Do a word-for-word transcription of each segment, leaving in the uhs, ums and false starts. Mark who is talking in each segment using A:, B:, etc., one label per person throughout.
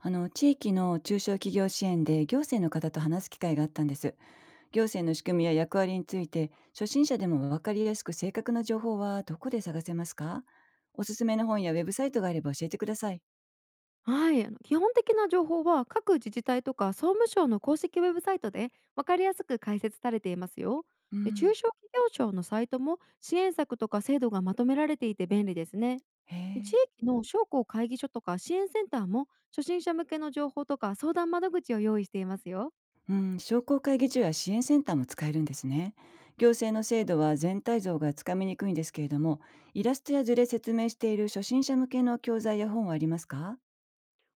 A: あの地域の中小企業支援で行政の方と話す機会があったんです。行政の仕組みや役割について初心者でも分かりやすく正確な情報はどこで探せますか？おすすめの本やウェブサイトがあれば教えてください。
B: はい、あの基本的な情報は各自治体とか総務省の公式ウェブサイトで分かりやすく解説されていますよ。
A: う
B: で
A: ん。
B: 中小企業庁のサイトも支援策とか制度がまとめられていて便利ですね。
A: へ
B: で地
A: え。
B: 域の商工会議所とか支援センターも初心者向けの情報とか相談窓口を用意していますよ。
A: うん、商工会議所や支援センターも使えるんですね。行政の制度は全体像がつかみにくいんですけれども、イラストや図で説明している初心者向けの教材や本はありますか？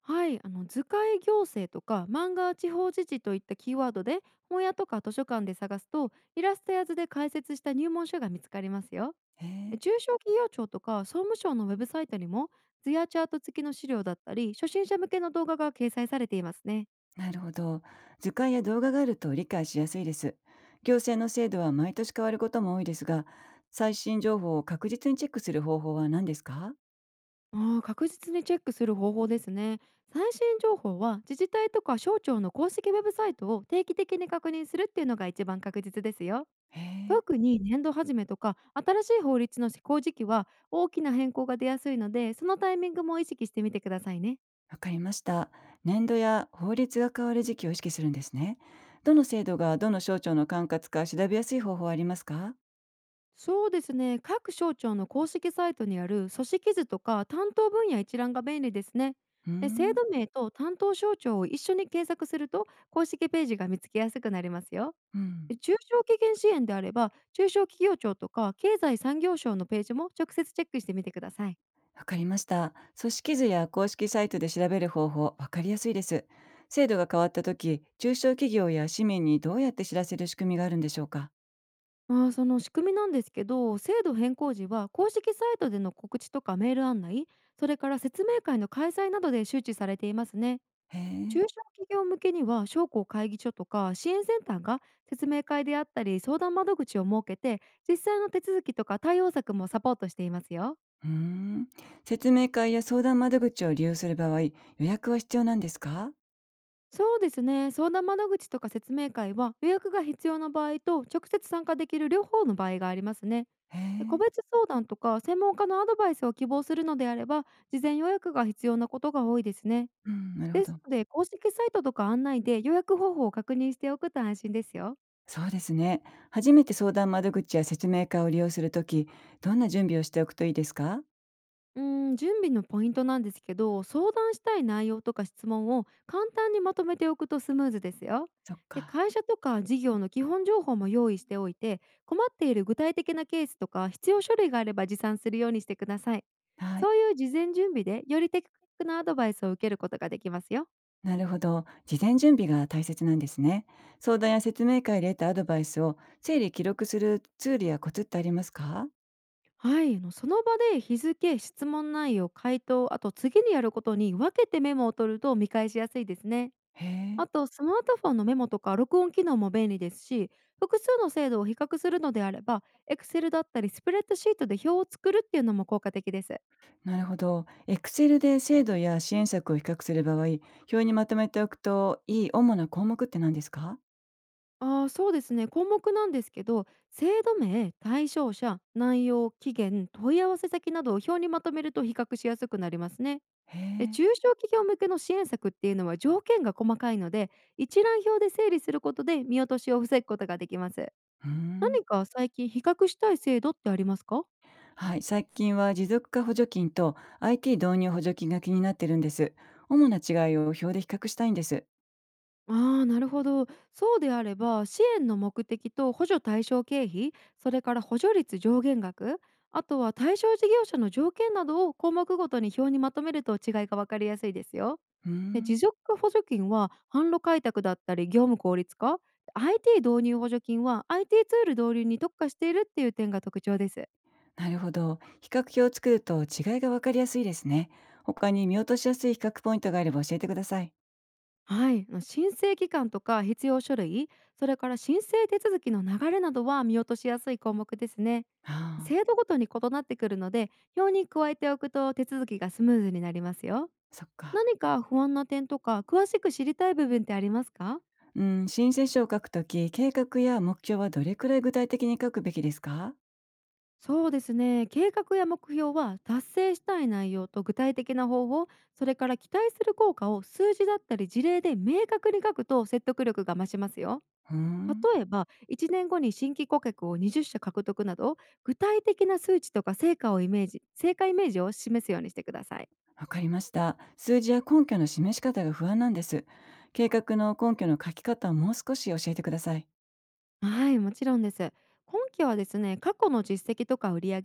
B: はい、あの図解行政とか漫画地方自治といったキーワードで本屋とか図書館で探すとイラストや図で解説した入門書が見つかりますよ。
A: へ
B: え
A: え。
B: 中小企業庁とか総務省のウェブサイトにも図やチャート付きの資料だったり初心者向けの動画が掲載されていますね。
A: なるほど。図鑑や動画があると理解しやすいです。行政の制度は毎年変わることも多いですが、最新情報を確実にチェックする方法は何ですか？
B: あー確実にチェックする方法ですね。最新情報は自治体とか省庁の公式ウェブサイトを定期的に確認するっていうのが一番確実ですよ。
A: へえ、
B: 特に年度始めとか新しい法律の施行時期は大きな変更が出やすいのでそのタイミングも意識してみてくださいね。
A: わかりました。年度や法律が変わる時期を意識するんですね。どの制度がどの省庁の管轄か調べやすい方法はありますか？
B: そうですね、各省庁の公式サイトにある組織図とか担当分野一覧が便利ですね。
A: うー
B: で制
A: ん。
B: 度名と担当省庁を一緒に検索すると公式ページが見つけやすくなりますよ。
A: うん。
B: で中小企業支援であれば中小企業庁とか経済産業省のページも直接チェックしてみてください。
A: わかりました。組織図や公式サイトで調べる方法、わかりやすいです。制度が変わった時、中小企業や市民にどうやって知らせる仕組みがあるんでしょうか？
B: あーその仕組みなんですけど、制度変更時は公式サイトでの告知とかメール案内、それから説明会の開催などで周知されていますね。
A: へえ。
B: 中小企業向けには商工会議所とか支援センターが説明会であったり相談窓口を設けて、実際の手続きとか対応策もサポートしていますよ。
A: うーん。説明会や相談窓口を利用する場合、予約は必要なんですか？
B: そうですね、相談窓口とか説明会は予約が必要な場合と直接参加できる両方の場合がありますね。
A: へ
B: で個
A: え。
B: 別相談とか専門家のアドバイスを希望するのであれば、事前予約が必要なことが多いですね。
A: うん、なるほ
B: です
A: ど。
B: ので公式サイトとか案内で予約方法を確認しておくと安心ですよ。
A: そうですね。初めて相談窓口や説明会を利用するとき、どんな準備をしておくといいですか？
B: うーん、準備のポイントなんですけど、相談したい内容とか質問を簡単にまとめておくとスムーズですよ。
A: そっ
B: で、
A: か。
B: 会社とか事業の基本情報も用意しておいて、困っている具体的なケースとか必要書類があれば持参するようにしてください。
A: はい。
B: そういう事前準備でより的確なアドバイスを受けることができますよ。
A: なるほど。事前準備が大切なんですね。相談や説明会で得たアドバイスを整理記録するツールやコツってありますか？
B: はい、あのその場で日付、質問内容、回答、あと次にやることに分けてメモを取ると見返しやすいですね。
A: へ
B: あ
A: え。
B: とスマートフォンのメモとか録音機能も便利ですし、複数の制度を比較するのであれば Excel だったりスプレッドシートで表を作るっていうのも効果的です。
A: なるほど。Excel で制度や支援策を比較する場合、表にまとめておくといい主な項目って何ですか？
B: ああ、そうですね、項目なんですけど、制度名、対象者、内容、期限、問い合わせ先などを表にまとめると比較しやすくなりますね。
A: へ
B: で
A: え。
B: 中小企業向けの支援策っていうのは条件が細かいので一覧表で整理することで見落としを防ぐことができます。
A: うーん。
B: 何か最近比較したい制度ってありますか？
A: はい。最近は持続化補助金と アイティー 導入補助金が気になってるんです。主な違いを表で比較したいんです。
B: ああ、なるほど。そうであれば、支援の目的と補助対象経費、それから補助率上限額、あとは対象事業者の条件などを項目ごとに表にまとめると違いが分かりやすいですよ。
A: うー
B: で持
A: ん。
B: 続化補助金は販路開拓だったり業務効率化、アイティー 導入補助金は アイティー ツール導入に特化しているっていう点が特徴です。
A: なるほど。比較表を作ると違いがわかりやすいですね。他に見落としやすい比較ポイントがあれば教えてください。
B: はい、まあの申請期間とか必要書類、それから申請手続きの流れなどは見落としやすい項目ですね。
A: ああ、
B: 制度ごとに異なってくるので表に加えておくと手続きがスムーズになりますよ。
A: そっか。
B: 何か不安な点とか詳しく知りたい部分ってありますか？
A: うん、申請書を書くとき、計画や目標はどれくらい具体的に書くべきですか？
B: そうですね、計画や目標は達成したい内容と具体的な方法、それから期待する効果を数字だったり事例で明確に書くと説得力が増しますよ。
A: うーん、
B: 例えば、いちねんごに新規顧客をにじゅう社獲得など、具体的な数値とか成果をイメージ、成果イメージを示すようにしてください。
A: わかりました。数字や根拠の示し方が不安なんです。計画の根拠の書き方をもう少し教えてください。
B: はい、もちろんです。今期はですね、過去の実績とか売上、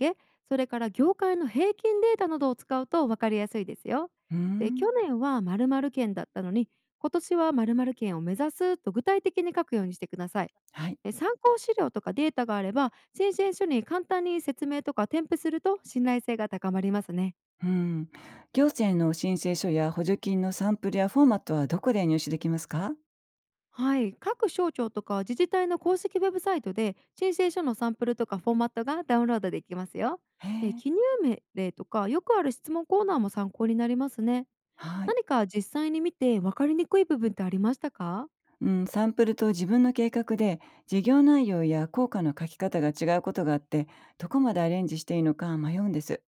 B: それから業界の平均データなどを使うと分かりやすいですよ。
A: うー
B: で、
A: ん。
B: 去年は〇〇県だったのに、今年は〇〇県を目指すと具体的に書くようにしてください。
A: はい。
B: で参考資料とかデータがあれば、申請書に簡単に説明とか添付すると信頼性が高まりますね。
A: うーん。行政の申請書や補助金のサンプルやフォーマットはどこで入手できますか？
B: はい、各省庁とか自治体の公式ウェブサイトで申請書のサンプルとかフォーマットがダウンロードできますよ。
A: へ
B: で
A: え。
B: 記入命令とかよくある質問コーナーも参考になりますね。
A: はい。
B: 何か実際に見て分かりにくい部分ってありましたか？
A: うん、サンプルと自分の計画で事業内容や効果の書き方が違うことがあって、どこまでアレンジしていいのか迷うんです。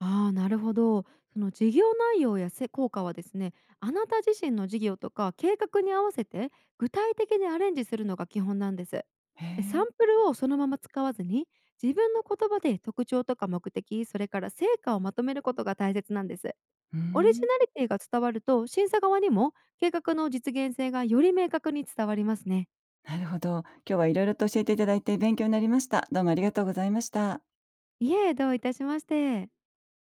B: ああ、なるほど。その事業内容やせ効果はですね、あなた自身の事業とか計画に合わせて具体的にアレンジするのが基本なんです。
A: へ
B: えサン
A: え。
B: プルをそのまま使わずに、自分の言葉で特徴とか目的、それから成果をまとめることが大切なんです。
A: うー
B: オリジ
A: ん。
B: ナリティが伝わると、審査側にも計画の実現性がより明確に伝わりますね。
A: なるほど。今日はいろいろと教えていただいて勉強になりました。どうもありがとうございました。
B: いえ、どういたしまして。